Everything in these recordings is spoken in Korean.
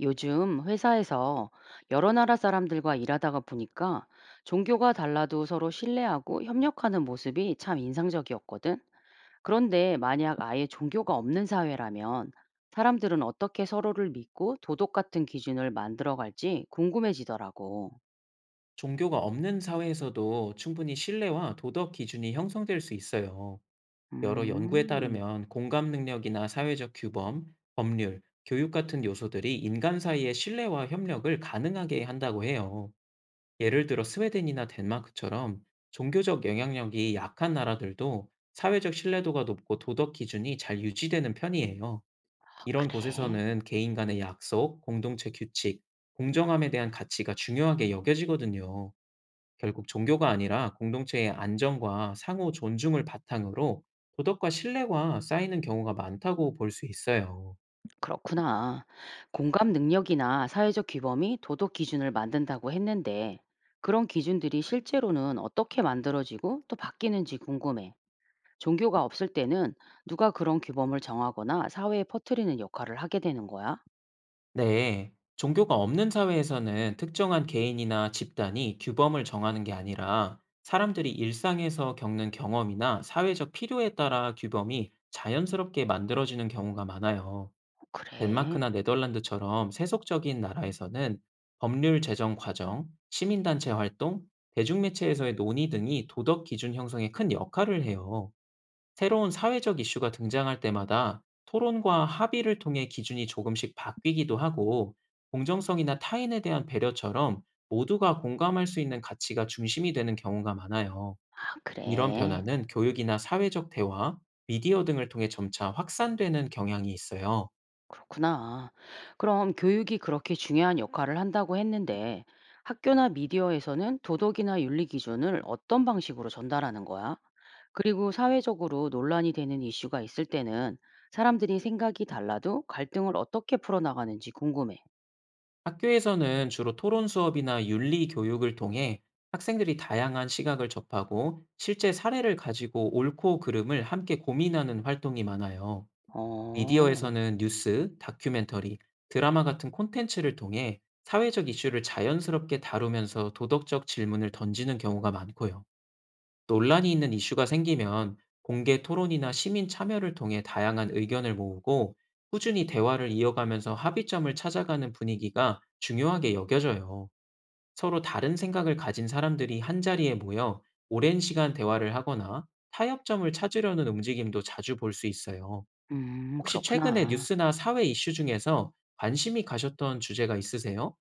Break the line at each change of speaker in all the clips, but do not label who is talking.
요즘 회사에서 여러 나라 사람들과 일하다가 보니까 종교가 달라도 서로 신뢰하고 협력하는 모습이 참 인상적이었거든. 그런데 만약 아예 종교가 없는 사회라면 사람들은 어떻게 서로를 믿고 도덕 같은 기준을 만들어갈지 궁금해지더라고.
종교가 없는 사회에서도 충분히 신뢰와 도덕 기준이 형성될 수 있어요. 여러 연구에
음,
따르면 공감 능력이나 사회적 규범, 법률, 교육 같은 요소들이 인간 사이의 신뢰와 협력을 가능하게 한다고 해요. 예를 들어 스웨덴이나 덴마크처럼 종교적 영향력이 약한 나라들도 사회적 신뢰도가 높고 도덕 기준이 잘 유지되는 편이에요.
아,
이런
그래.
곳에서는 개인 간의 약속, 공동체 규칙, 공정함에 대한 가치가 중요하게 여겨지거든요. 결국 종교가 아니라 공동체의 안정과 상호 존중을 바탕으로 도덕과 신뢰가 쌓이는 경우가 많다고 볼 수 있어요.
그렇구나. 공감 능력이나 사회적 규범이 도덕 기준을 만든다고 했는데, 그런 기준들이 실제로는 어떻게 만들어지고 또 바뀌는지 궁금해. 종교가 없을 때는 누가 그런 규범을 정하거나 사회에 퍼뜨리는 역할을 하게 되는 거야?
네. 종교가 없는 사회에서는 특정한 개인이나 집단이 규범을 정하는 게 아니라, 사람들이 일상에서 겪는 경험이나 사회적 필요에 따라 규범이 자연스럽게 만들어지는 경우가 많아요.
어, 그래.
덴마크나 네덜란드처럼 세속적인 나라에서는 법률 제정 과정, 시민단체 활동, 대중매체에서의 논의 등이 도덕 기준 형성에 큰 역할을 해요. 새로운 사회적 이슈가 등장할 때마다 토론과 합의를 통해 기준이 조금씩 바뀌기도 하고, 공정성이나 타인에 대한 배려처럼 모두가 공감할 수 있는 가치가 중심이 되는 경우가 많아요.
아,
이런
그래.
변화는 교육이나 사회적 대화, 미디어 등을 통해 점차 확산되는 경향이 있어요.
그렇구나. 그럼 교육이 그렇게 중요한 역할을 한다고 했는데 학교나 미디어에서는 도덕이나 윤리 기준을 어떤 방식으로 전달하는 거야? 그리고 사회적으로 논란이 되는 이슈가 있을 때는 사람들이 생각이 달라도 갈등을 어떻게 풀어나가는지 궁금해.
학교에서는 주로 토론 수업이나 윤리 교육을 통해 학생들이 다양한 시각을 접하고, 실제 사례를 가지고 옳고 그름을 함께 고민하는 활동이 많아요.
어,
미디어에서는 뉴스, 다큐멘터리, 드라마 같은 콘텐츠를 통해 사회적 이슈를 자연스럽게 다루면서 도덕적 질문을 던지는 경우가 많고요. 논란이 있는 이슈가 생기면 공개 토론이나 시민 참여를 통해 다양한 의견을 모으고, 꾸준히 대화를 이어가면서 합의점을 찾아가는 분위기가 중요하게 여겨져요. 서로 다른 생각을 가진 사람들이 한자리에 모여 오랜 시간 대화를 하거나 타협점을 찾으려는 움직임도 자주 볼 수 있어요. 혹시 최근에
그렇구나.
뉴스나 사회 이슈 중에서 관심이 가셨던 주제가 있으세요?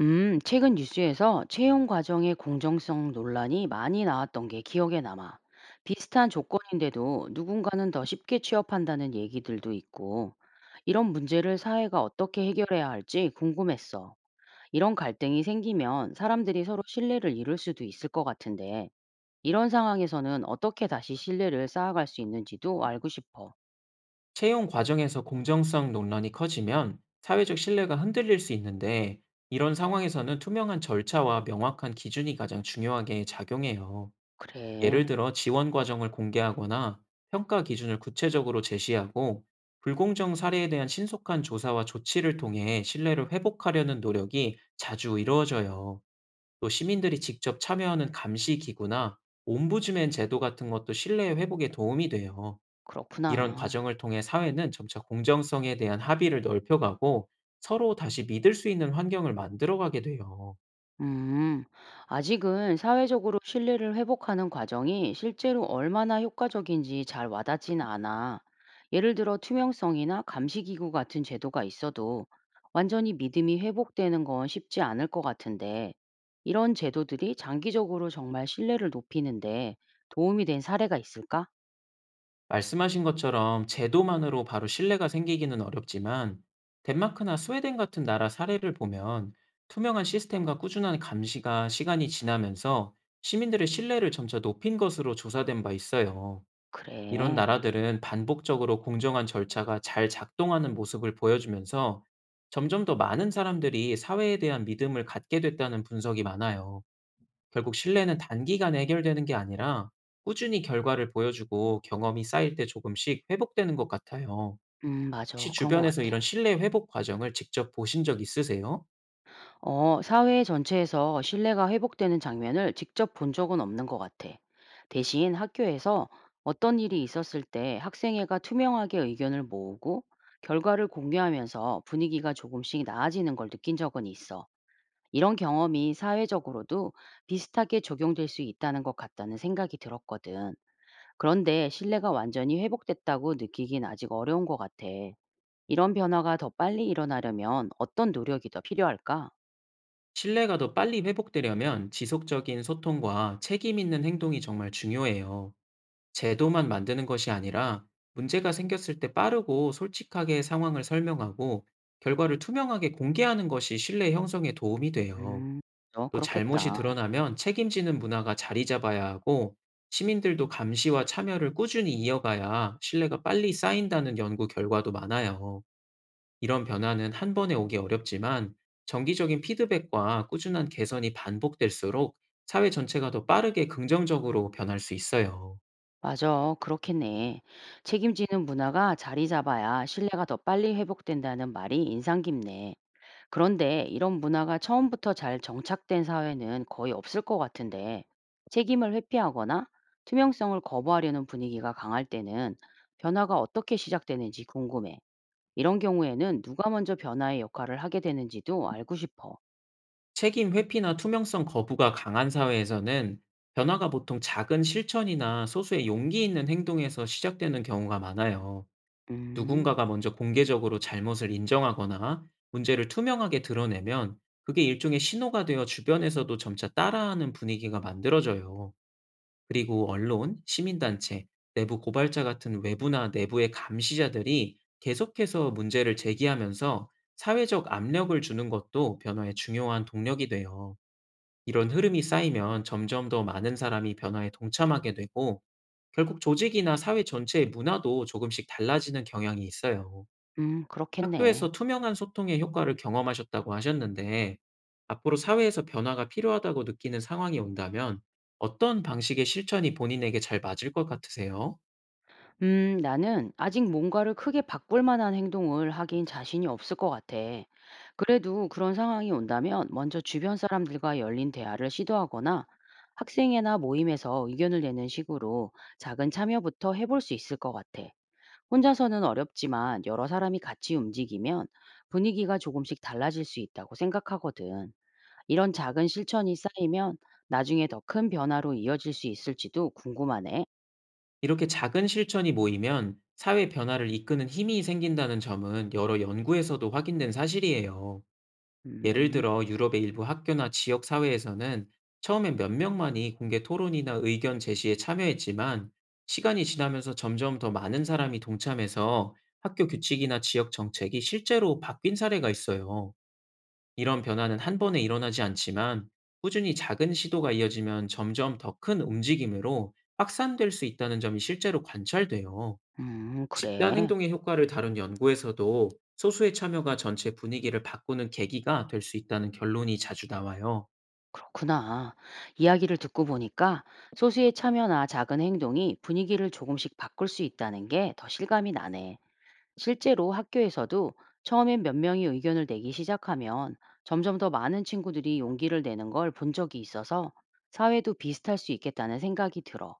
최근 뉴스에서 채용 과정의 공정성 논란이 많이 나왔던 게 기억에 남아. 비슷한 조건인데도 누군가는 더 쉽게 취업한다는 얘기들도 있고, 이런 문제를 사회가 어떻게 해결해야 할지 궁금했어. 이런 갈등이 생기면 사람들이 서로 신뢰를 잃을 수도 있을 것 같은데, 이런 상황에서는 어떻게 다시 신뢰를 쌓아갈 수 있는지도 알고 싶어.
채용 과정에서 공정성 논란이 커지면 사회적 신뢰가 흔들릴 수 있는데, 이런 상황에서는 투명한 절차와 명확한 기준이 가장 중요하게 작용해요. 예를
그래,
들어 지원 과정을 공개하거나, 평가 기준을 구체적으로 제시하고, 불공정 사례에 대한 신속한 조사와 조치를 통해 신뢰를 회복하려는 노력이 자주 이루어져요. 또 시민들이 직접 참여하는 감시 기구나 옴부즈맨 제도 같은 것도 신뢰 회복에 도움이 돼요. 이런
그렇구나.
과정을 통해 사회는 점차 공정성에 대한 합의를 넓혀가고, 서로 다시 믿을 수 있는 환경을 만들어가게 돼요.
음, 아직은 사회적으로 신뢰를 회복하는 과정이 실제로 얼마나 효과적인지 잘 와닿진 않아. 예를 들어 투명성이나 감시기구 같은 제도가 있어도 완전히 믿음이 회복되는 건 쉽지 않을 것 같은데, 이런 제도들이 장기적으로 정말 신뢰를 높이는데 도움이 된 사례가 있을까?
말씀하신 것처럼 제도만으로 바로 신뢰가 생기기는 어렵지만, 덴마크나 스웨덴 같은 나라 사례를 보면 투명한 시스템과 꾸준한 감시가 시간이 지나면서 시민들의 신뢰를 점차 높인 것으로 조사된 바 있어요. 이런
그래.
나라들은 반복적으로 공정한 절차가 잘 작동하는 모습을 보여주면서 점점 더 많은 사람들이 사회에 대한 믿음을 갖게 됐다는 분석이 많아요. 결국 신뢰는 단기간에 해결되는 게 아니라, 꾸준히 결과를 보여주고 경험이 쌓일 때 조금씩 회복되는 것 같아요.
맞아.
혹시
그런 것
주변에서
같아.
이런 신뢰 회복 과정을 직접 보신 적 있으세요?
어, 사회 전체에서 신뢰가 회복되는 장면을 직접 본 적은 없는 것 같아. 대신 학교에서 어떤 일이 있었을 때 학생회가 투명하게 의견을 모으고 결과를 공유하면서 분위기가 조금씩 나아지는 걸 느낀 적은 있어. 이런 경험이 사회적으로도 비슷하게 적용될 수 있다는 것 같다는 생각이 들었거든. 그런데 신뢰가 완전히 회복됐다고 느끼긴 아직 어려운 것 같아. 이런 변화가 더 빨리 일어나려면 어떤 노력이 더 필요할까?
신뢰가 더 빨리 회복되려면 지속적인 소통과 책임 있는 행동이 정말 중요해요. 제도만 만드는 것이 아니라, 문제가 생겼을 때 빠르고 솔직하게 상황을 설명하고 결과를 투명하게 공개하는 것이 신뢰 형성에 도움이 돼요.
음. 어
또 잘못이
그렇겠다.
드러나면 책임지는 문화가 자리 잡아야 하고, 시민들도 감시와 참여를 꾸준히 이어가야 신뢰가 빨리 쌓인다는 연구 결과도 많아요. 이런 변화는 한 번에 오기 어렵지만, 정기적인 피드백과 꾸준한 개선이 반복될수록 사회 전체가 더 빠르게 긍정적으로 변할 수 있어요.
맞아. 그렇겠네. 책임지는 문화가 자리 잡아야 신뢰가 더 빨리 회복된다는 말이 인상 깊네. 그런데 이런 문화가 처음부터 잘 정착된 사회는 거의 없을 것 같은데 책임을 회피하거나 투명성을 거부하려는 분위기가 강할 때는 변화가 어떻게 시작되는지 궁금해. 이런 경우에는 누가 먼저 변화의 역할을 하게 되는지도 알고 싶어.
책임 회피나 투명성 거부가 강한 사회에서는 변화가 보통 작은 실천이나 소수의 용기 있는 행동에서 시작되는 경우가 많아요.
음,
누군가가 먼저 공개적으로 잘못을 인정하거나 문제를 투명하게 드러내면, 그게 일종의 신호가 되어 주변에서도 점차 따라하는 분위기가 만들어져요. 그리고 언론, 시민단체, 내부 고발자 같은 외부나 내부의 감시자들이 계속해서 문제를 제기하면서 사회적 압력을 주는 것도 변화의 중요한 동력이 돼요. 이런 흐름이 쌓이면 점점 더 많은 사람이 변화에 동참하게 되고, 결국 조직이나 사회 전체의 문화도 조금씩 달라지는 경향이 있어요.
그렇겠네.
학교에서 투명한 소통의 효과를 경험하셨다고 하셨는데, 앞으로 사회에서 변화가 필요하다고 느끼는 상황이 온다면 어떤 방식의 실천이 본인에게 잘 맞을 것 같으세요?
나는 아직 뭔가를 크게 바꿀 만한 행동을 하긴 자신이 없을 것 같아. 그래도 그런 상황이 온다면 먼저 주변 사람들과 열린 대화를 시도하거나 학생회나 모임에서 의견을 내는 식으로 작은 참여부터 해볼 수 있을 것 같아. 혼자서는 어렵지만 여러 사람이 같이 움직이면 분위기가 조금씩 달라질 수 있다고 생각하거든. 이런 작은 실천이 쌓이면 나중에 더 큰 변화로 이어질 수 있을지도 궁금하네.
이렇게 작은 실천이 모이면 사회 변화를 이끄는 힘이 생긴다는 점은 여러 연구에서도 확인된 사실이에요. 예를
음,
들어 유럽의 일부 학교나 지역 사회에서는 처음엔 몇 명만이 공개 토론이나 의견 제시에 참여했지만, 시간이 지나면서 점점 더 많은 사람이 동참해서 학교 규칙이나 지역 정책이 실제로 바뀐 사례가 있어요. 이런 변화는 한 번에 일어나지 않지만, 꾸준히 작은 시도가 이어지면 점점 더 큰 움직임으로 확산될 수 있다는 점이 실제로 관찰돼요. 집단
그래.
행동의 효과를 다룬 연구에서도 소수의 참여가 전체 분위기를 바꾸는 계기가 될 수 있다는 결론이 자주 나와요.
그렇구나. 이야기를 듣고 보니까 소수의 참여나 작은 행동이 분위기를 조금씩 바꿀 수 있다는 게 더 실감이 나네. 실제로 학교에서도 처음엔 몇 명이 의견을 내기 시작하면 점점 더 많은 친구들이 용기를 내는 걸 본 적이 있어서 사회도 비슷할 수 있겠다는 생각이 들어.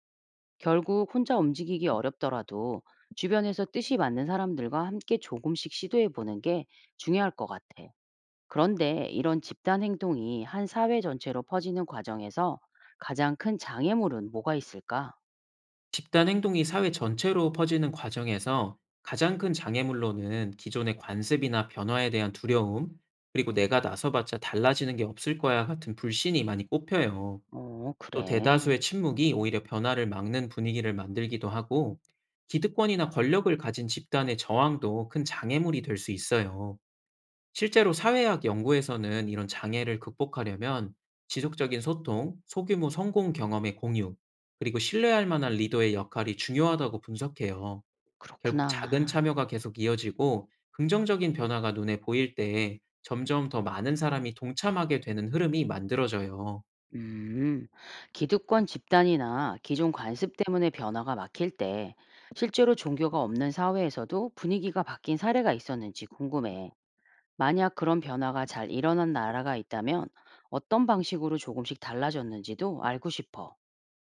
결국 혼자 움직이기 어렵더라도 주변에서 뜻이 맞는 사람들과 함께 조금씩 시도해 보는 게 중요할 것 같아. 그런데 이런 집단 행동이 한 사회 전체로 퍼지는 과정에서 가장 큰 장애물은 뭐가 있을까?
집단 행동이 사회 전체로 퍼지는 과정에서 가장 큰 장애물로는 기존의 관습이나 변화에 대한 두려움, 그리고 "내가 나서봤자 달라지는 게 없을 거야" 같은 불신이 많이 꼽혀요.
어,
또
그래.
대다수의 침묵이 오히려 변화를 막는 분위기를 만들기도 하고, 기득권이나 권력을 가진 집단의 저항도 큰 장애물이 될 수 있어요. 실제로 사회학 연구에서는 이런 장애를 극복하려면 지속적인 소통, 소규모 성공 경험의 공유, 그리고 신뢰할 만한 리더의 역할이 중요하다고 분석해요. 결국 작은
그렇구나.
참여가 계속 이어지고 긍정적인 변화가 눈에 보일 때 점점 더 많은 사람이 동참하게 되는 흐름이 만들어져요.
음, 기득권 집단이나 기존 관습 때문에 변화가 막힐 때 실제로 종교가 없는 사회에서도 분위기가 바뀐 사례가 있었는지 궁금해. 만약 그런 변화가 잘 일어난 나라가 있다면 어떤 방식으로 조금씩 달라졌는지도 알고 싶어.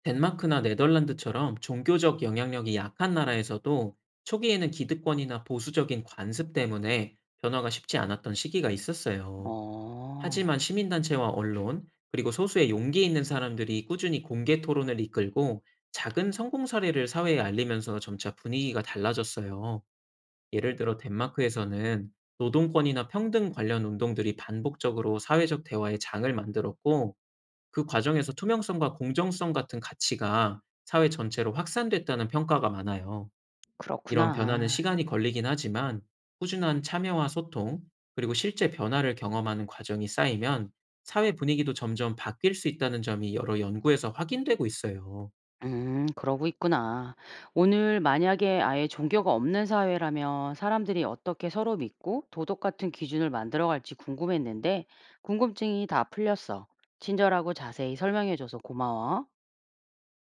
덴마크나 네덜란드처럼 종교적 영향력이 약한 나라에서도 초기에는 기득권이나 보수적인 관습 때문에 변화가 쉽지 않았던 시기가 있었어요.
어,
하지만 시민단체와 언론, 그리고 소수의 용기 있는 사람들이 꾸준히 공개 토론을 이끌고 작은 성공 사례를 사회에 알리면서 점차 분위기가 달라졌어요. 예를 들어 덴마크에서는 노동권이나 평등 관련 운동들이 반복적으로 사회적 대화의 장을 만들었고, 그 과정에서 투명성과 공정성 같은 가치가 사회 전체로 확산됐다는 평가가 많아요. 이런 변화는
그렇구나.
시간이 걸리긴 하지만, 꾸준한 참여와 소통, 그리고 실제 변화를 경험하는 과정이 쌓이면 사회 분위기도 점점 바뀔 수 있다는 점이 여러 연구에서 확인되고 있어요.
그러고 있구나. 오늘 만약에 아예 종교가 없는 사회라면 사람들이 어떻게 서로 믿고 도덕 같은 기준을 만들어갈지 궁금했는데 궁금증이 다 풀렸어. 친절하고 자세히 설명해줘서 고마워.